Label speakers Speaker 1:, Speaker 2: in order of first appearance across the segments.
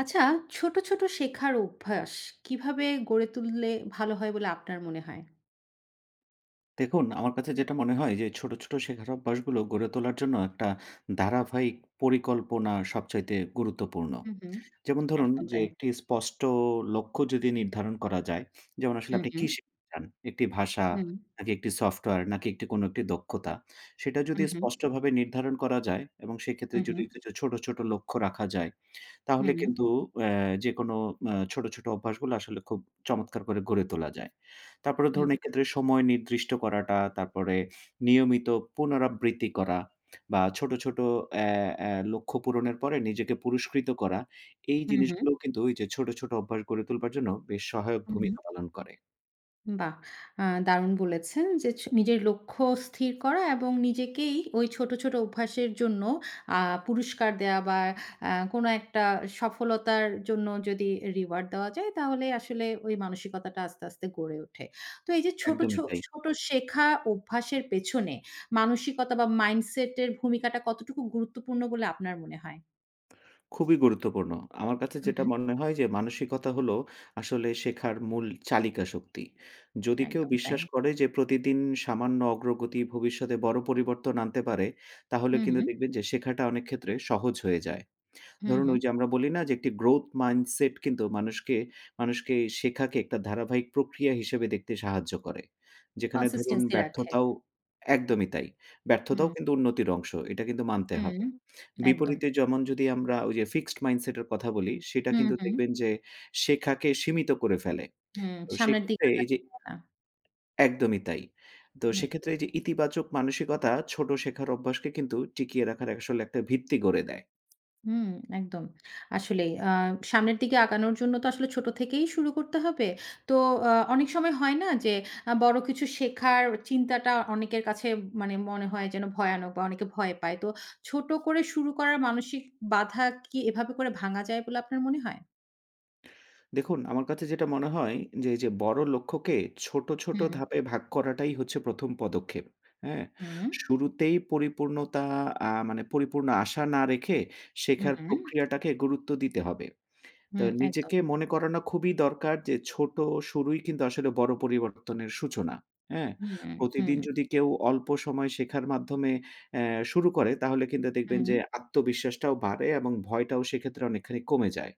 Speaker 1: আচ্ছা, ছোট, ছোট শেখার অভ্যাস কিভাবে গড়ে তুললে ভালো হয় বলে আপনার মনে হয়?
Speaker 2: দেখুন, আমার কাছে যেটা মনে হয় যে ছোট, ছোট শেখার অভ্যাসগুলো গড়ে তোলার জন্য একটা ধারাবাহিক পরিকল্পনা সবচাইতে গুরুত্বপূর্ণ।
Speaker 1: হুম, হুম।
Speaker 2: যেমন ধরুন
Speaker 1: একদম
Speaker 2: যে
Speaker 1: তাই।
Speaker 2: একটি স্পষ্ট লক্ষ্য যদি নির্ধারণ করা যায়, যেমন আসলে
Speaker 1: হুম,
Speaker 2: আপনি কি
Speaker 1: হুম,
Speaker 2: শিখতে চান? একটি ভাষা
Speaker 1: হুম,
Speaker 2: নাকি একটি সফটওয়্যার নাকি একটি কোনো একটি দক্ষতা? সেটা যদি
Speaker 1: হুম, হুম,
Speaker 2: স্পষ্টভাবে নির্ধারণ করা যায় এবং সেক্ষেত্রে
Speaker 1: হুম,
Speaker 2: যদি
Speaker 1: হুম,
Speaker 2: কিছু ছোট, ছোট লক্ষ্য রাখা যায় তাহলে
Speaker 1: হুম,
Speaker 2: কিন্তু অ্যা যেকোনো ছোট, ছোট অভ্যাসগুলো আসলে খুব চমৎকার করে গড়ে তোলা যায়। তারপরে
Speaker 1: হুম,
Speaker 2: ধরুন এক্ষেত্রে সময় নির্দিষ্ট করাটা, তারপরে নিয়মিত পুনরাবৃত্তি করা বা ছোট, ছোট অ্যা অ্যা লক্ষ্য পূরণের পরে নিজেকে পুরস্কৃত করা, এই
Speaker 1: হুম, হুম,
Speaker 2: জিনিসগুলোও কিন্তু এই যে ছোট, ছোট অভ্যাস গড়ে তুলবার জন্য বেশ সহায়ক
Speaker 1: হুম।
Speaker 2: ভূমিকা পালন করে।
Speaker 1: বাহ! দারুণ বলেছেন যে নিজের লক্ষ্য স্থির করা এবং নিজেকেই ওই ছোট, ছোট অভ্যাসের জন্য আ পুরস্কার দেয়া বা কোনো একটা সফলতার জন্য যদি রিওয়ার্ড দেওয়া যায় তাহলে আসলে ওই মানসিকতাটা আস্তে, আস্তে গড়ে ওঠে। তো এই যে
Speaker 2: একদমই তাই।
Speaker 1: ছোট শেখা অভ্যাসের পেছনে মানসিকতা বা মাইন্ডসেট এর ভূমিকাটা কতটুকু গুরুত্বপূর্ণ বলে আপনার মনে হয়?
Speaker 2: খুবই গুরুত্বপূর্ণ। আমার কাছে
Speaker 1: হু,
Speaker 2: যেটা
Speaker 1: হু।
Speaker 2: মনে হয় যে মানসিকতা হলো আসলে শেখার মূল চালিকা শক্তি। যদি কেউ
Speaker 1: একদম তাই।
Speaker 2: বিশ্বাস করে যে প্রতিদিন সামান্য অগ্রগতি ভবিষ্যতে বড় পরিবর্তন আনতে পারে, তাহলে
Speaker 1: হু, হু,
Speaker 2: কিন্তু দেখবেন যে শেখাটা অনেক ক্ষেত্রে সহজ হয়ে যায়।
Speaker 1: হু,
Speaker 2: ধরুন
Speaker 1: হু।
Speaker 2: ওই যে আমরা বলি না যে একটি গ্রোথ মাইন্ডসেট কিন্তু মানুষকে মানুষকে শেখাকে একটা ধারাবাহিক প্রক্রিয়া হিসেবে দেখতে সাহায্য করে। যেখানে ধরুন
Speaker 1: কনসিস্টেন্সি রাখে।
Speaker 2: ব্যর্থতাও একদমই তাই। ব্যর্থতাও
Speaker 1: হুম,
Speaker 2: কিন্তু উন্নতির অংশ। এটা কিন্তু মানতে
Speaker 1: হুম।
Speaker 2: হবে।
Speaker 1: একদম।
Speaker 2: বিপরীতে যেমন যদি আমরা ওই যে ফিক্সড মাইন্ডসেট এর কথা বলি, সেটা
Speaker 1: হু,
Speaker 2: কিন্তু
Speaker 1: হু।
Speaker 2: দেখবেন যে শেখাকে সীমিত করে ফেলে।
Speaker 1: হুম,
Speaker 2: তো
Speaker 1: সামনের দিকে
Speaker 2: সেক্ষেত্রে এই যে
Speaker 1: আগাচ্ছে না।
Speaker 2: একদমই তাই। তো
Speaker 1: হুম,
Speaker 2: সেক্ষেত্রে এই যে ইতিবাচক মানসিকতা ছোট শেখার অভ্যাসকে কিন্তু টিকিয়ে রাখার আসলে একটা ভিত্তি গড়ে দেয়।
Speaker 1: হুম, একদম। আসলেই সামনের দিকে আগানোর জন্য তো আসলে ছোট থেকেই শুরু করতে হবে। তো অনেক সময় হয় না যে বড় কিছু শেখার চিন্তাটা অনেকের কাছে মানে মনে হয় যেন ভয়ানক বা অনেকে ভয় পায়। তো ছোট করে শুরু করার মানসিক বাধা কি এভাবে করে ভাঙা যায় বলে আপনার মনে হয়?
Speaker 2: দেখুন আমার কাছে যেটা মনে হয় যে, এই যে বড় লক্ষ্যকে ছোট, ছোট
Speaker 1: হুম,
Speaker 2: ধাপে ভাগ করাটাই হচ্ছে ১ম পদক্ষেপ। হ্যাঁ?
Speaker 1: হুম,
Speaker 2: শুরুতেই পরিপূর্ণতা মানে পরিপূর্ণ আশা না রেখে শেখার
Speaker 1: হুম,
Speaker 2: প্রক্রিয়াটাকে গুরুত্ব দিতে হবে। তো
Speaker 1: হুম, একদম।
Speaker 2: নিজেকে মনে করানো খুবই দরকার যে ছোট শুরুই কিন্তু আসলে বড় পরিবর্তনের সূচনা। হ্যাঁ?
Speaker 1: হুম, হুম,
Speaker 2: প্রতিদিন যদি কেউ অল্প সময় শেখার মাধ্যমে অ্যা শুরু করে তাহলে কিন্তু দেখবেন
Speaker 1: হুম,
Speaker 2: যে আত্মবিশ্বাসটাও বাড়ে এবং ভয়টাও সেক্ষেত্রে অনেকখানি কমে যায়।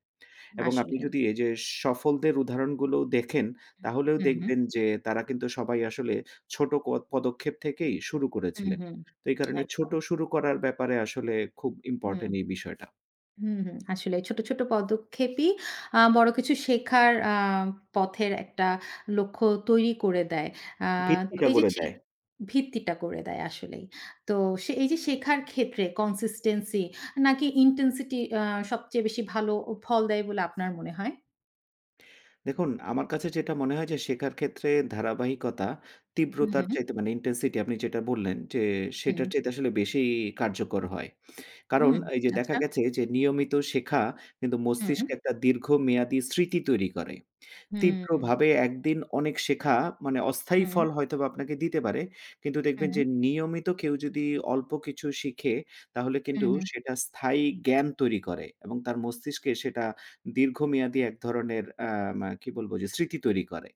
Speaker 2: এবং আপনি
Speaker 1: আসলেই।
Speaker 2: যদি এই যে সফলদের উদাহরণগুলো দেখেন তাহলেও
Speaker 1: হুম, হুম,
Speaker 2: দেখবেন যে তারা কিন্তু সবাই আসলে ছোট ক পদক্ষেপ থেকেই শুরু
Speaker 1: হুম,
Speaker 2: করেছিলেন।
Speaker 1: হুম,
Speaker 2: তো এই কারণে ছোট
Speaker 1: একদম।
Speaker 2: শুরু করার ব্যাপারে আসলে খুব
Speaker 1: হুম।
Speaker 2: ইম্পোর্টেন্ট এই বিষয়টা।
Speaker 1: হুম, হুম। আসলে ছোট, ছোট পদক্ষেপই বড় কিছু শেখার পথের একটা লক্ষ্য তৈরি করে দেয়। আ তো
Speaker 2: ভিত্তিটা
Speaker 1: এই যে
Speaker 2: গড়ে
Speaker 1: সে
Speaker 2: দেয়।
Speaker 1: ভিত্তিটা করে দেয় আসলেই। তো সে এই যে শেখার ক্ষেত্রে consistency নাকি intensity সবচেয়ে বেশি ভালো ফল দেয় বলে আপনার মনে হয়?
Speaker 2: দেখুন, আমার কাছে যেটা মনে হয় যে শেখার ক্ষেত্রে ধারাবাহিকতা
Speaker 1: হুম,
Speaker 2: তীব্রতার
Speaker 1: হুম,
Speaker 2: চাইতে মানে ইনটেনসিটি আপনি যেটা বললেন যে
Speaker 1: হুম,
Speaker 2: সেটার চাইতে আসলে বেশি কার্যকর হয়। কারণ
Speaker 1: হুম,
Speaker 2: এই যে দেখা
Speaker 1: আচ্ছা।
Speaker 2: গেছে যে নিয়মিত শেখা কিন্তু
Speaker 1: হুম, হুম,
Speaker 2: মস্তিষ্কে একটা দীর্ঘমেয়াদী স্মৃতি তৈরি করে।
Speaker 1: হুম,
Speaker 2: তীব্রভাবে একদিন অনেক শেখা মানে অস্থায়ী
Speaker 1: হুম,
Speaker 2: ফল হয়তোবা আপনাকে দিতে পারে। কিন্তু দেখবেন
Speaker 1: হুম,
Speaker 2: যে নিয়মিত কেউ যদি অল্প কিছু শিখে তাহলে কিন্তু
Speaker 1: হুম,
Speaker 2: সেটা স্থায়ী জ্ঞান তৈরি করে এবং তার মস্তিষ্কে সেটা দীর্ঘমেয়াদী এক ধরনের আ মা কি বলব যে স্মৃতি তৈরি করে।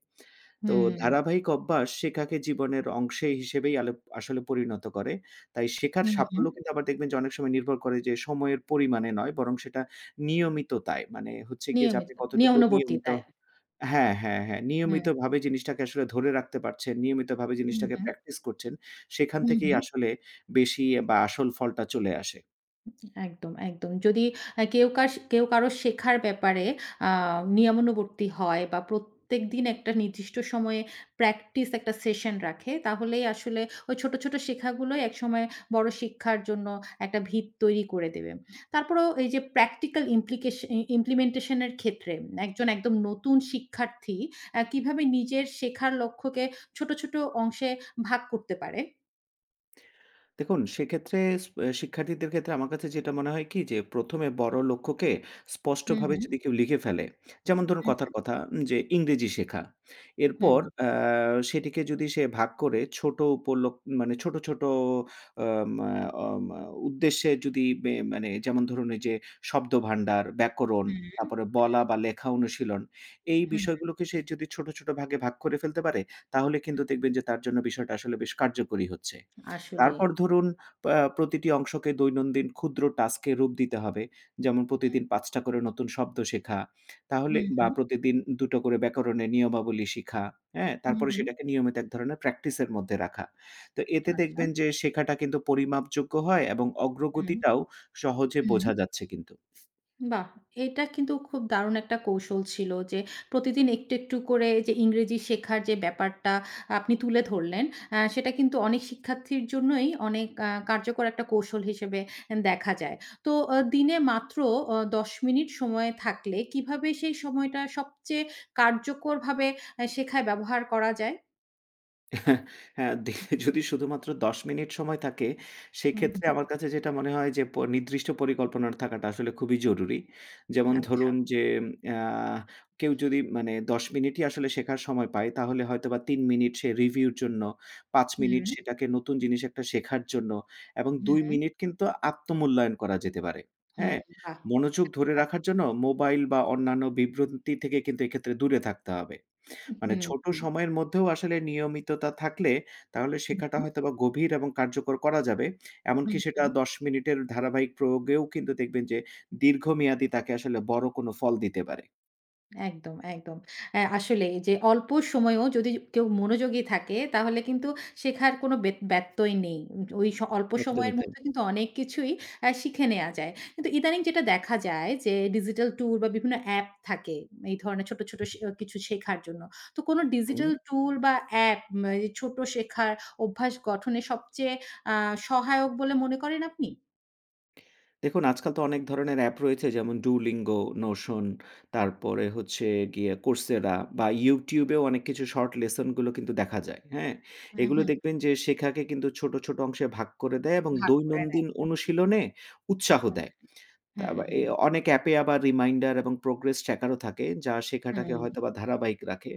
Speaker 2: তো
Speaker 1: হুম,
Speaker 2: ধারাবাহিক অভ্যাস শেখাকে জীবনের অংশে হিসেবেই আলেপ আসলে পরিণত করে। তাই শেখার
Speaker 1: হুম, হুম।
Speaker 2: সাফল্য কিন্তু আবার দেখবেন যে অনেক সময় নির্ভর করে যে সময়ের পরিমাণে নয় বরং সেটা নিয়মিততায়। মানে হচ্ছে গিয়ে যে
Speaker 1: নিয়মিত
Speaker 2: আপনি কতটুকু নিয়মিত
Speaker 1: নিয়মানুবর্তিতায়।
Speaker 2: হ্যাঁ, হ্যাঁ, হ্যাঁ।
Speaker 1: হুম,
Speaker 2: নিয়মিতভাবে জিনিসটাকে আসলে ধরে রাখতে পারছেন, নিয়মিতভাবে হুম।
Speaker 1: হুম,
Speaker 2: জিনিসটাকে
Speaker 1: হুম,
Speaker 2: প্র্যাকটিস করছেন। সেখান
Speaker 1: হুম,
Speaker 2: থেকেই
Speaker 1: হুম।
Speaker 2: আসলে বেশি বা আসল ফলটা চলে আসে।
Speaker 1: একদম, একদম। যদি কেউ কারো শেখার ব্যাপারে আ নিয়মানুবর্তী হয় বা প্রত্যেকদিন একটা নির্দিষ্ট সময়ে প্র্যাকটিস একটা সেশন রাখে, তাহলেই আসলে ওই ছোট, ছোট শেখাগুলোই একসময় বড় শিক্ষার জন্য একটা ভিত তৈরি করে দেবে। তারপরেও এই যে প্র্যাকটিক্যাল ইমপ্লিকেশন ইমপ্লিমেন্টেশন এর ক্ষেত্রে একজন একদম নতুন শিক্ষার্থী কিভাবে নিজের শেখার লক্ষ্যকে ছোট, ছোট অংশে ভাগ করতে পারে?
Speaker 2: দেখুন, সেক্ষেত্রে স শিক্ষার্থীদের ক্ষেত্রে আমার কাছে যেটা মনে হয় কি যে, ১ম এ বড় লক্ষ্যকে
Speaker 1: হুম,
Speaker 2: স্পষ্টভাবে
Speaker 1: হুম।
Speaker 2: যদি কেউ লিখে ফেলে, যেমন ধরুন কথার
Speaker 1: হুম,
Speaker 2: কথা যে ইংরেজি শেখা।
Speaker 1: হুম।
Speaker 2: এরপর আ সেটিকে যদি সে ভাগ করে ছোট উপলক মানে ছোট, ছোট আম আম উদ্দেশ্যে যদি মানে যেমন ধরুন এই যে শব্দভান্ডার, ব্যাকরণ,
Speaker 1: হুম, হুম,
Speaker 2: তারপরে বলা বা লেখা অনুশীলন, এই
Speaker 1: হুম।
Speaker 2: বিষয়গুলোকে সে যদি ছোট, ছোট ভাগে ভাগ করে ফেলতে পারে, তাহলে কিন্তু দেখবেন যে তার জন্য বিষয়টা আসলে বেশ কার্যকরী হচ্ছে।
Speaker 1: আসলেই।
Speaker 2: তারপর ধরুন প্রতিটি অংশকে দৈনন্দিন ক্ষুদ্র টাস্কে রূপ দিতে হবে। যেমন প্রতিদিন ৫ টা করে নতুন শব্দ শেখা। তাহলে
Speaker 1: হুম,
Speaker 2: বা
Speaker 1: হুম।
Speaker 2: প্রতিদিন ২ টো করে ব্যাকরণের নিয়মাবলী শিখা, হ্যাঁ?
Speaker 1: হুম,
Speaker 2: তারপরে
Speaker 1: হুম।
Speaker 2: সেটাকে নিয়মিত এক ধরনের প্র্যাকটিসের মধ্যে রাখা। তো এতে
Speaker 1: আচ্ছা।
Speaker 2: দেখবেন যে শেখাটা কিন্তু পরিমাপযোগ্য হয় এবং
Speaker 1: হুম, হুম।
Speaker 2: অগ্রগতিটাও সহজে বোঝা যাচ্ছে কিন্তু।
Speaker 1: বাহ! এটা কিন্তু খুব দারুণ একটা কৌশল ছিল যে প্রতিদিন একটু, একটু করে যে ইংরেজি শেখার যে ব্যাপারটা আপনি তুলে ধরলেন, সেটা কিন্তু অনেক শিক্ষার্থীর জন্যই অনেক কার্যকর একটা কৌশল হিসেবে দেখা যায়। তো দিনে মাত্র ১০ মিনিট সময় থাকলে কিভাবে সেই সময়টা সবচেয়ে কার্যকরভাবে শেখায় ব্যবহার করা যায়?
Speaker 2: হ্যাঁ, দিনে যদি শুধুমাত্র ১০ মিনিট সময় থাকে,
Speaker 1: হুম,
Speaker 2: সেক্ষেত্রে
Speaker 1: হুম।
Speaker 2: আমার কাছে যেটা মনে হয় যে, নির্দিষ্ট পরিকল্পনা থাকাটা আসলে খুবই জরুরি। যেমন
Speaker 1: আচ্ছা।
Speaker 2: ধরুন যে, আ কেউ যদি মানে ১০ মিনিটই আসলে শেখার সময় পায়, তাহলে হয়তোবা ৩ মিনিট সে রিভিউর জন্য, ৫ মিনিট
Speaker 1: হুম,
Speaker 2: সেটাকে নতুন জিনিস একটা শেখার জন্য এবং ২
Speaker 1: হুম,
Speaker 2: মিনিট কিন্তু আত্মমূল্যায়ন করা যেতে পারে।
Speaker 1: হুম।
Speaker 2: হ্যাঁ?
Speaker 1: বাহ!
Speaker 2: মনোযোগ
Speaker 1: এটা খুব
Speaker 2: ধরে
Speaker 1: ভালো।
Speaker 2: রাখার জন্য মোবাইল বা অন্যান্য বিভ্রান্তি থেকে কিন্তু এক্ষেত্রে দূরে থাকতে হবে। মানে
Speaker 1: হুম,
Speaker 2: ছোট
Speaker 1: হুম।
Speaker 2: সময়ের মধ্যেও আসলে নিয়মিততা থাকলে তাহলে শেখাটা
Speaker 1: হুম,
Speaker 2: হয়তোবা গভীর এবং কার্যকর করা যাবে। এমনকি
Speaker 1: হুম,
Speaker 2: সেটা
Speaker 1: হুম।
Speaker 2: ১০ মিনিটের ধারাবাহিক প্রয়োগেও কিন্তু দেখবেন যে দীর্ঘমেয়াদী তাকে আসলে বড় কোনো ফল দিতে পারে।
Speaker 1: একদম, একদম। আসলেই যে অল্প সময়েও যদি কেউ মনোযোগী থাকে তাহলে কিন্তু শেখার কোনো ব্যত্যয় নেই। ওই অল্প
Speaker 2: একদমই
Speaker 1: সময়ের
Speaker 2: তাই।
Speaker 1: মধ্যে কিন্তু অনেক কিছুই শিখে নেয়া যায়। কিন্তু ইদানিং যেটা দেখা যায় যে ডিজিটাল টুল বা বিভিন্ন অ্যাপ থাকে এই ধরনের ছোট, ছোট কিছু শেখার জন্য। তো কোনো
Speaker 2: হুম।
Speaker 1: ডিজিটাল টুল বা অ্যাপ এই ছোট শেখার অভ্যাস গঠনে সবচেয়ে আ সহায়ক বলে মনে করেন আপনি?
Speaker 2: দেখুন আজকাল তো অনেক ধরনের অ্যাপ রয়েছে যেমন Duolingo, Notion, তারপরে হচ্ছে গিয়ে Coursera বা YouTube এও অনেক কিছু শর্ট লেসন গুলো কিন্তু দেখা যায়। হ্যাঁ?
Speaker 1: হুম,
Speaker 2: এগুলো
Speaker 1: হুম।
Speaker 2: দেখবেন যে শেখাকে কিন্তু ছোট, ছোট অংশে ভাগ করে দেয় এবং
Speaker 1: ভাগ করে নেয়।
Speaker 2: দৈনন্দিন অনুশীলনে উৎসাহ দেয়। তা
Speaker 1: হুম,
Speaker 2: আবা
Speaker 1: হুম,
Speaker 2: এ
Speaker 1: হুম,
Speaker 2: অনেক অ্যাপে আবার রিমাইন্ডার এবং প্রোগ্রেস ট্র্যাকারও থাকে, যা
Speaker 1: হুম।
Speaker 2: শেখাটাকে হয়তোবা ধারাবাহিক রাখে।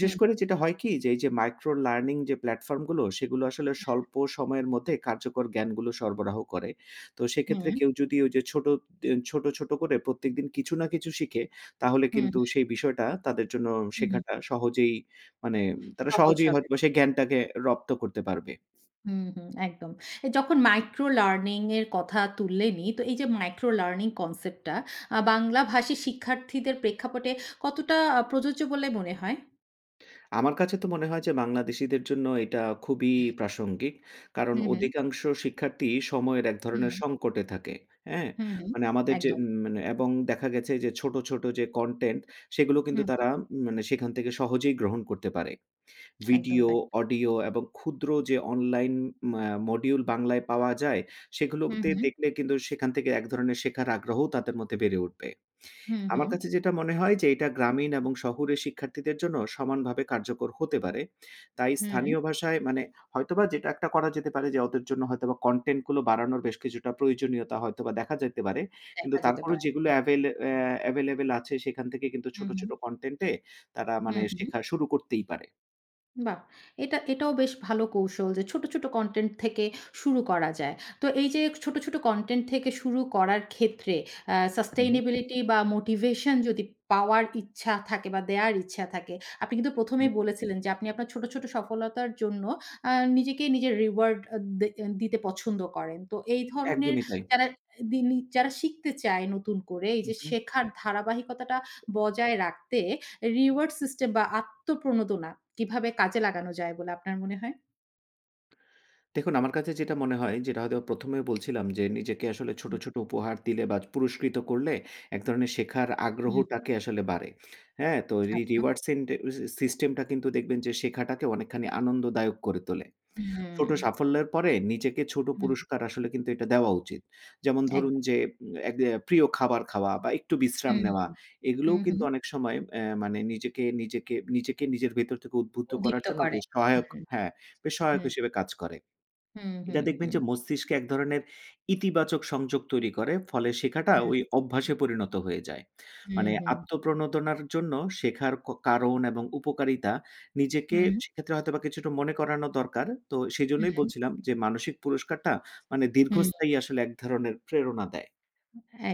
Speaker 1: হুম,
Speaker 2: করে যেটা হয় কি? যে, এই যে মাইক্রো লার্নিং যে প্ল্যাটফর্মগুলো, সেগুলো আসলে স্বল্প সময়ের মধ্যে কার্যকর জ্ঞানগুলো সরবরাহ করে। তো
Speaker 1: হুম,
Speaker 2: সেক্ষেত্রে
Speaker 1: হুম।
Speaker 2: কেউ যদি ওই যে ছোট, ছোট করে প্রত্যেকদিন কিছু না কিছু শিখে, তাহলে
Speaker 1: হুম,
Speaker 2: কিন্তু সেই বিষয়টা তাদের জন্য
Speaker 1: হুম, হুম।
Speaker 2: শেখাটা সহজেই মানে তারা
Speaker 1: সহজ
Speaker 2: সহজেই
Speaker 1: হবে।
Speaker 2: হয়তোবা সেই জ্ঞানটাকে রপ্ত করতে পারবে।
Speaker 1: হুম, হুম, একদম। যখন মাইক্রো লার্নিং এর কথা তুললেনই, তো এই যে মাইক্রো লার্নিং কনসেপ্টটা বাংলা ভাষী শিক্ষার্থীদের প্রেক্ষাপটে কতটা প্রযোজ্য বলে মনে হয়?
Speaker 2: আমার কাছে তো মনে হয় যে বাংলাদেশীদের জন্য এটা খুবই প্রাসঙ্গিক। কারণ
Speaker 1: হুম, হুম,
Speaker 2: অধিকাংশ শিক্ষার্থী সময়ের এক ধরনের
Speaker 1: হুম,
Speaker 2: সংকটে থাকে। হ্যাঁ?
Speaker 1: হুম, হুম,
Speaker 2: মানে আমাদের যে
Speaker 1: একদম।
Speaker 2: মানে এবং দেখা গেছে যে ছোট, ছোট যে কনটেন্ট সেগুলো কিন্তু
Speaker 1: হুম, হুম,
Speaker 2: তারা মানে সেখান থেকে সহজেই গ্রহণ করতে পারে।
Speaker 1: একদম
Speaker 2: ভিডিও,
Speaker 1: তাই।
Speaker 2: অডিও এবং ক্ষুদ্র যে অনলাইন মা মডিউল বাংলায় পাওয়া যায়
Speaker 1: হুম,
Speaker 2: সেগুলোতে
Speaker 1: হুম,
Speaker 2: দেখলে কিন্তু সেখান থেকে এক ধরনের শেখার আগ্রহও তাদের মধ্যে বেড়ে উঠবে।
Speaker 1: হুম,
Speaker 2: আমার
Speaker 1: হুম,
Speaker 2: কাছে যেটা মনে হয় যে এটা গ্রামীণ এবং শহুরে শিক্ষার্থীদের জন্য সমানভাবে কার্যকর হতে পারে। তাই
Speaker 1: হুম,
Speaker 2: স্থানীয় ভাষায় মানে হয়তোবা যেটা একটা করা যেতে পারে যে ওদের জন্য হয়তোবা কনটেন্ট গুলো বাড়ানোর বেশ কিছুটা প্রয়োজনীয়তা হয়তোবা দেখা যেতে পারে। কিন্তু
Speaker 1: দেখা যেতে
Speaker 2: তারপরেও
Speaker 1: পারে।
Speaker 2: যেগুলো অ্যাভেল অ্যা অ্যাভেইলেবল আছে সেখান থেকে কিন্তু
Speaker 1: হুম,
Speaker 2: ছোট,
Speaker 1: হুম,
Speaker 2: ছোট কনটেন্ট এ তারা
Speaker 1: হুম,
Speaker 2: মানে
Speaker 1: হুম।
Speaker 2: শেখা শুরু করতেই পারে।
Speaker 1: বাহ! এটাও বেশ ভালো কৌশল যে ছোট, ছোট কনটেন্ট থেকে শুরু করা যায়। তো এই যে ছোট, ছোট কনটেন্ট থেকে শুরু করার ক্ষেত্রে
Speaker 2: হু, হু,
Speaker 1: সাস্টেইনেবিলিটি বা মোটিভেশন যদি পাওয়ার ইচ্ছা থাকে বা দেয়ার ইচ্ছা থাকে, আপনি কিন্তু ১ম
Speaker 2: হু,
Speaker 1: এই
Speaker 2: হু।
Speaker 1: বলেছিলেন যে আপনি আপনার ছোট, ছোট সফলতার জন্য আ নিজেকে নিজের রিওয়ার্ড আ দে দিতে পছন্দ করেন। তো এই ধরনের
Speaker 2: একদমই তাই।
Speaker 1: যারা যারা শিখতে চায় নতুন করে এই
Speaker 2: হু,
Speaker 1: যে
Speaker 2: হু।
Speaker 1: শেখার ধারাবাহিকতাটা বজায় রাখতে রিওয়ার্ড সিস্টেম বা আত্মপ্রণোদনা কিভাবে কাজে লাগানো যায় বলে আপনার মনে হয়?
Speaker 2: দেখুন, আমার কাছে যেটা মনে হয়, যেটা হয়তো ১ম এ বলছিলাম যে, নিজেকে আসলে ছোট,
Speaker 1: হুম,
Speaker 2: ছোট উপহার দিলে বা পুরস্কৃত করলে এক ধরনের শেখার
Speaker 1: হুম,
Speaker 2: আগ্রহটাকে আসলে বাড়ে। হ্যাঁ? তো রি
Speaker 1: আচ্ছা।
Speaker 2: রিওয়ার্ড সেন্টে সি সিস্টেমটা কিন্তু দেখবেন যে শেখাটাকে অনেকখানি আনন্দদায়ক করে তোলে।
Speaker 1: হুম,
Speaker 2: ছোট সাফল্যের পরে নিজেকে ছোট
Speaker 1: হুম,
Speaker 2: পুরস্কার আসলে কিন্তু এটা দেওয়া উচিত। যেমন ধরুন
Speaker 1: একদম।
Speaker 2: যে এক এ প্রিয় খাবার খাওয়া বা একটু বিশ্রাম
Speaker 1: হুম,
Speaker 2: নেওয়া। এগুলোও
Speaker 1: হুম, হুম।
Speaker 2: কিন্তু অনেক সময় মানে নিজেকে নিজের ভেতর থেকে উদ্বুদ্ধ করার
Speaker 1: উদ্দীপ্ত
Speaker 2: জন্য
Speaker 1: করে।
Speaker 2: বেশ সহায়ক হ্যাঁ, বেশ সহায়ক
Speaker 1: হুম,
Speaker 2: হিসেবে কাজ করে।
Speaker 1: হুম,
Speaker 2: এটা
Speaker 1: হুম, হুম,
Speaker 2: দেখবেন
Speaker 1: হুম,
Speaker 2: যে মস্তিষ্কে এক ধরনের ইতিবাচক সংযোগ তৈরি করে। ফলে শেখাটা ওই
Speaker 1: হুম,
Speaker 2: অভ্যাসে পরিণত হয়ে যায়।
Speaker 1: হুম,
Speaker 2: মানে
Speaker 1: হুম,
Speaker 2: আত্মপ্রণোদনার জন্য শেখার কারণ এবং উপকারিতা নিজেকে
Speaker 1: হুম, হুম।
Speaker 2: সেক্ষেত্রে হয়তোবা কিছুটা মনে করানো দরকার। তো সেজন্যই বলছিলাম যে মানসিক পুরস্কারটা মানে
Speaker 1: হুম,
Speaker 2: দীর্ঘস্থায়ী আসলে এক ধরনের প্রেরণা দেয়।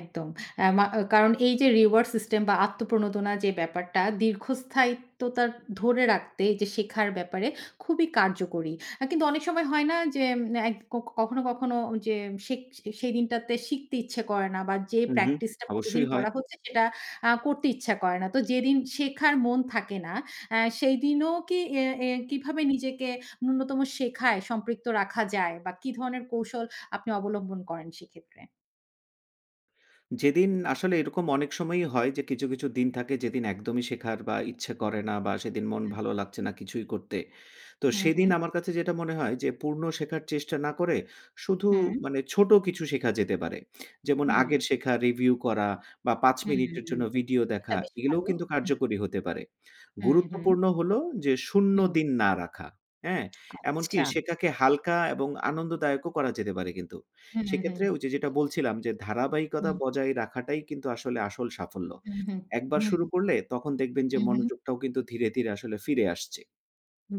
Speaker 1: একদম। কারণ এই যে রিওয়ার্ড সিস্টেম বা আত্মপ্রণোদনা যে ব্যাপারটা দীর্ঘস্থায়িত্বতা ধরে রাখতে এই যে শেখার ব্যাপারে খুবই কার্যকরী। কিন্তু অনেক সময় হয় না যে এক ক কখনো, কখনো যে শেখ সেই দিনটাতে শিখতে ইচ্ছে করে না বা যে
Speaker 2: হুম, হুম।
Speaker 1: প্র্যাকটিসটা প্রতিদিন
Speaker 2: অবশ্যই হয়।
Speaker 1: করা হচ্ছে সেটা করতে ইচ্ছা করে না। তো যেদিন শেখার মন থাকে না সেইদিনও কি এ এ কিভাবে নিজেকে ন্যূনতম শেখায় সম্পৃক্ত রাখা যায় বা কি ধরনের কৌশল আপনি অবলম্বন করেন সেক্ষেত্রে?
Speaker 2: যেদিন আসলে এরকম অনেক সময়ই হয় যে কিছু, কিছু দিন থাকে যেদিন একদমই শেখার বা ইচ্ছে করে না বা সেদিন মন
Speaker 1: হুম,
Speaker 2: ভালো লাগছে না কিছুই করতে। তো
Speaker 1: হুম, হুম।
Speaker 2: সেদিন আমার কাছে যেটা মনে হয় যে পূর্ণ শেখার চেষ্টা না করে শুধু
Speaker 1: হুম,
Speaker 2: মানে ছোট কিছু শেখা যেতে পারে। যেমন
Speaker 1: হুম,
Speaker 2: আগের শেখা রিভিউ করা বা ৫
Speaker 1: হুম,
Speaker 2: মিনিটের
Speaker 1: হুম।
Speaker 2: জন্য ভিডিও
Speaker 1: সেটা
Speaker 2: দেখা
Speaker 1: বেশ
Speaker 2: এগুলোও
Speaker 1: ভালো।
Speaker 2: কিন্তু
Speaker 1: হুম,
Speaker 2: কার্যকরী হতে পারে।
Speaker 1: হুম, হুম,
Speaker 2: গুরুত্বপূর্ণ হলো যে শূন্য
Speaker 1: হুম।
Speaker 2: দিন না রাখা। হ্যাঁ? এমনকি
Speaker 1: আচ্ছা।
Speaker 2: শেখাকে হালকা এবং আনন্দদায়কও করা যেতে পারে কিন্তু।
Speaker 1: হুম, হুম, হুম,
Speaker 2: সেক্ষেত্রে ওই যে যেটা বলছিলাম যে ধারাবাহিকতা
Speaker 1: হুম,
Speaker 2: বজায় রাখাটাই কিন্তু আসলে আসল সাফল্য।
Speaker 1: হুম, হুম,
Speaker 2: একবার
Speaker 1: হুম,
Speaker 2: শুরু করলে তখন দেখবেন যে
Speaker 1: হুম।
Speaker 2: মনোযোগটাও কিন্তু ধীরে, ধীরে আসলে ফিরে আসছে।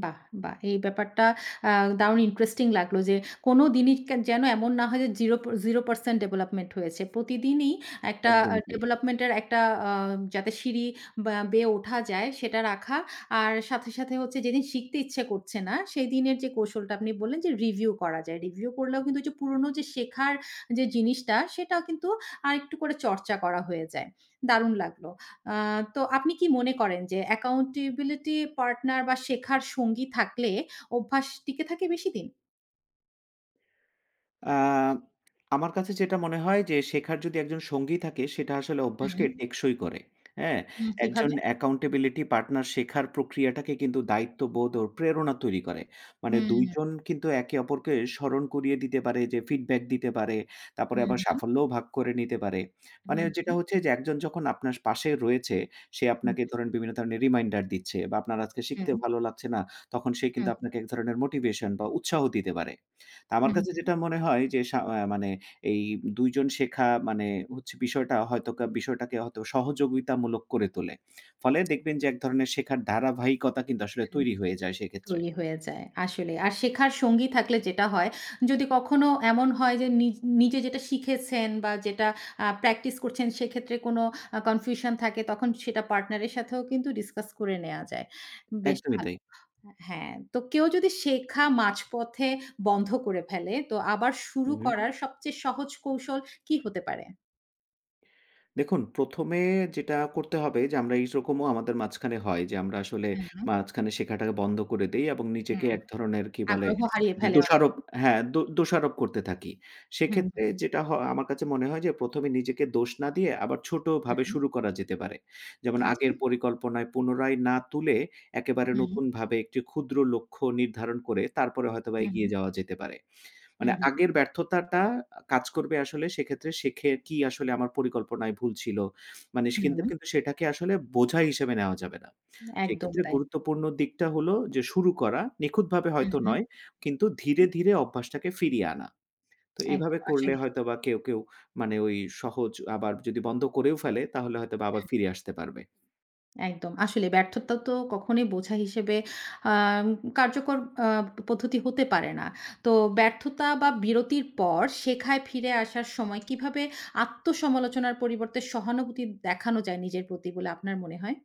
Speaker 1: বাহ! বাহ! এই ব্যাপারটা আ দারুণ ইন্টারেস্টিং লাগলো যে কোনো দিনই কে যেন এমন না হয় যে 0% ডেভেলপমেন্ট হয়েছে। প্রতিদিনই একটা
Speaker 2: একদমই তাই।
Speaker 1: ডেভেলপমেন্টের একটা আ যাতে সিঁড়ি বা বেয়ে ওঠা যায় সেটা রাখা। আর সাথে, সাথে হচ্ছে যেদিন শিখতে ইচ্ছে করছে না সেদিনের যে কৌশলটা আপনি বললেন যে রিভিউ করা যায়। রিভিউ করলেও কিন্তু যে পুরনো যে শেখার যে জিনিসটা সেটাও কিন্তু আরেকটু করে চর্চা করা হয়ে যায়। দারুণ লাগলো। আ তো আপনি কি মনে করেন যে accountability partner বা শেখার সঙ্গী থাকলে অভ্যাস টিকে থাকে বেশিদিন?
Speaker 2: আ আমার কাছে যেটা মনে হয় যে শেখার যদি একজন সঙ্গী থাকে সেটা আসলে অভ্যাসকে
Speaker 1: হুম,
Speaker 2: টেকসই করে। হ্যাঁ?
Speaker 1: হুম,
Speaker 2: একজন
Speaker 1: কিভাবে?
Speaker 2: accountability partner শেখার প্রক্রিয়াটাকে কিন্তু দায়িত্ববোধ ও প্রেরণা তৈরি করে। মানে
Speaker 1: হুম,
Speaker 2: ২
Speaker 1: হুম,
Speaker 2: জন কিন্তু একে অপরকে স্মরণ করিয়ে দিতে পারে যে ফিডব্যাক দিতে পারে। তারপরে আবার
Speaker 1: হুম,
Speaker 2: সাফল্যও ভাগ করে নিতে পারে।
Speaker 1: হুম,
Speaker 2: মানে যেটা
Speaker 1: হুম,
Speaker 2: হচ্ছে যে একজন যখন আপনার পাশে রয়েছে সে
Speaker 1: হুম,
Speaker 2: আপনাকে ধরেন বিভিন্ন ধরনের রিমাইন্ডার দিচ্ছে বা আপনার আজকে শিখতে
Speaker 1: হুম,
Speaker 2: ভালো লাগছে না তখন সে কিন্তু
Speaker 1: হুম,
Speaker 2: আপনাকে এক ধরনের মোটিভেশন বা উৎসাহ দিতে পারে। তা আমার কাছে
Speaker 1: হুম।
Speaker 2: যেটা মনে হয় যে সা আ মানে এই ২ জন শেখা মানে হচ্ছে বিষয়টা হয়তো বিষয়টাকে হয়তো সহযোগিতামূলক করে তোলে। ফলে দেখবেন যে এক ধরনের শেখার ধারাবাহিকতা কিন্তু আসলে
Speaker 1: হুম,
Speaker 2: তৈরি হয়ে যায় সেক্ষেত্রে।
Speaker 1: তৈরি হয়ে যায় আসলে। আর শেখার সঙ্গী থাকলে যেটা হয়, যদি কখনো এমন হয় যে নিজে যেটা শিখেছেন বা যেটা প্র্যাকটিস করছেন সেক্ষেত্রে কোনো কনফিউশন থাকে তখন সেটা পার্টনারের সাথেও কিন্তু ডিসকাস করে নেয়া যায়। বেশ
Speaker 2: একদমই
Speaker 1: ভালো।
Speaker 2: তাই।
Speaker 1: হ্যাঁ, তো কেউ যদি শেখা মাঝপথে বন্ধ করে ফেলে, তো আবার
Speaker 2: হু,
Speaker 1: শুরু
Speaker 2: হু।
Speaker 1: করার সবচেয়ে সহজ কৌশল কি হতে পারে?
Speaker 2: দেখুন, ১ম এ যেটা করতে হবে যে আমরা এইরকমও আমাদের মাঝখানে হয় যে আমরা আসলে
Speaker 1: হুম,
Speaker 2: মাঝখানে শেখাটাকে বন্ধ করে দেই এবং নিজেকে
Speaker 1: হুম,
Speaker 2: এক ধরনের কি বলে?
Speaker 1: আগ্রহ হারিয়ে
Speaker 2: যে
Speaker 1: ফেলে অনেক।
Speaker 2: দোষারোপ হ্যাঁ, দোষারোপ করতে থাকি।
Speaker 1: হুম,
Speaker 2: সেক্ষেত্রে যেটা আমার কাছে মনে হয় যে ১ম এ নিজেকে দোষ না দিয়ে আবার
Speaker 1: হুম,
Speaker 2: ছোটভাবে
Speaker 1: হুম,
Speaker 2: শুরু করা যেতে পারে। যেমন
Speaker 1: আচ্ছা।
Speaker 2: আগের পরিকল্পনায় পুনরায় না তুলে একেবারে
Speaker 1: হুম,
Speaker 2: নতুনভাবে একটি ক্ষুদ্র লক্ষ্য নির্ধারণ করে তারপরে হয়তোবা
Speaker 1: হুম,
Speaker 2: এগিয়ে যাওয়া যেতে পারে। মানে
Speaker 1: হুম,
Speaker 2: আগের ব্যর্থতাটা কাজ করবে আসলে সেক্ষেত্রে শেখে কি আসলে আমার পরিকল্পনায় ভুল ছিল। মানে সে
Speaker 1: হুম,
Speaker 2: কিন্তু,
Speaker 1: হুম,
Speaker 2: কিন্তু সেটাকে আসলে বোঝা হিসেবে নেওয়া যাবে না।
Speaker 1: একদম
Speaker 2: সেক্ষেত্রে
Speaker 1: তাই।
Speaker 2: গুরুত্বপূর্ণ দিকটা হলো যে শুরু করা, নিখুঁতভাবে
Speaker 1: হুম,
Speaker 2: হয়তো
Speaker 1: হুম,
Speaker 2: নয়, কিন্তু ধীরে,
Speaker 1: হুম,
Speaker 2: ধীরে অভ্যাসটাকে ফিরিয়ে আনা। তো
Speaker 1: একদম
Speaker 2: এভাবে করলে
Speaker 1: আসলেই।
Speaker 2: হয়তোবা কেউ, কেউ মানে ওই সহজ আবার যদি বন্ধ করেও ফেলে তাহলে হয়তোবা আবার
Speaker 1: হুম।
Speaker 2: ফিরে আসতে পারবে।
Speaker 1: একদম। আসলে ব্যর্থতা তো কখনোই বোঝা হিসেবে আম কার্যকর আ পদ্ধতি হতে পারে না। তো ব্যর্থতা বা বিরতির পর শেখায় ফিরে আসার সময় কিভাবে আত্মসমালোচনার পরিবর্তে সহানুভূতি দেখানো যায় নিজের প্রতি বলে আপনার মনে হয়?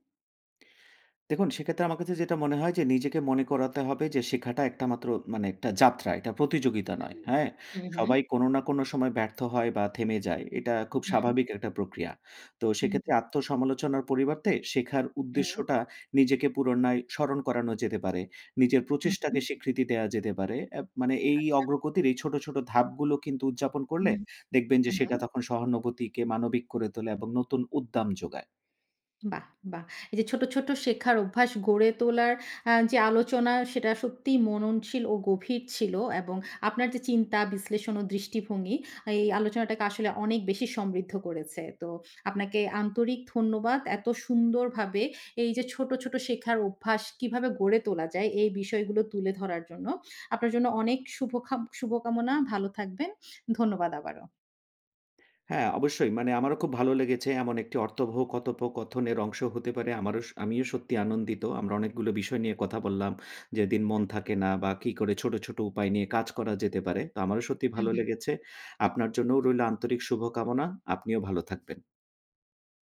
Speaker 2: দেখুন, সেক্ষেত্রে আমার কাছে যেটা মনে হয় যে নিজেকে মনে করাতে হবে যে শেখাটা একটা মাত্র মানে একটা যাত্রা। এটা প্রতিযোগিতা নয়।
Speaker 1: হুম।
Speaker 2: হ্যাঁ?
Speaker 1: হুম, হুম।
Speaker 2: সবাই কোনো না কোনো সময় ব্যর্থ হয় বা থেমে যায়। এটা খুব স্বাভাবিক একটা প্রক্রিয়া। তো
Speaker 1: হুম,
Speaker 2: সেক্ষেত্রে
Speaker 1: হুম,
Speaker 2: আত্মসমালোচনার পরিবর্তে শেখার
Speaker 1: হুম, হুম,
Speaker 2: উদ্দেশ্যটা নিজেকে পুনরায় স্মরণ করানো যেতে পারে। নিজের
Speaker 1: হুম,
Speaker 2: প্রচেষ্টাকে
Speaker 1: হুম।
Speaker 2: স্বীকৃতি দেয়া যেতে পারে। মানে এই
Speaker 1: আচ্ছা।
Speaker 2: অগ্রগতির এই ছোট, ছোট ধাপগুলো কিন্তু উদযাপন করলে
Speaker 1: হুম,
Speaker 2: দেখবেন যে
Speaker 1: হুম।
Speaker 2: সেটা তখন সহানুভূতিকে মানবিক করে তোলে এবং নতুন উদ্দাম যোগায়।
Speaker 1: বাহ! বাহ! এই যে ছোট, ছোট শেখার অভ্যাস গড়ে তোলার যে আলোচনা সেটা সত্যিই মননশীল ও গভীর ছিল এবং আপনার যে চিন্তা, বিশ্লেষণ ও দৃষ্টিভঙ্গি এই আলোচনাটাকে আসলে অনেক বেশি সমৃদ্ধ করেছে। তো আপনাকে আন্তরিক ধন্যবাদ। এত সুন্দরভাবে এই যে ছোট, ছোট শেখার অভ্যাস কিভাবে গড়ে তোলা যায় এই বিষয়গুলো তুলে ধরার জন্য। আপনার জন্য অনেক শুভকামনা। ভালো থাকবেন। ধন্যবাদ আবারও।
Speaker 2: হ্যাঁ, অবশ্যই। মানে আমারও খুব ভালো লেগেছে। এমন একটি অর্থবহ কথোপকথনের অংশ হতে পারে। আমারও স আমিও সত্যি আনন্দিত। আমরা অনেকগুলো বিষয় নিয়ে কথা বললাম। যেদিন মন থাকে না বা কি করে ছোট, ছোট উপায় নিয়ে কাজ করা যেতে পারে। তো আমারও সত্যি
Speaker 1: হুম,
Speaker 2: ভালো
Speaker 1: হুম।
Speaker 2: লেগেছে। আপনার জন্যও রইল আন্তরিক শুভকামনা। আপনিও ভালো থাকবেন।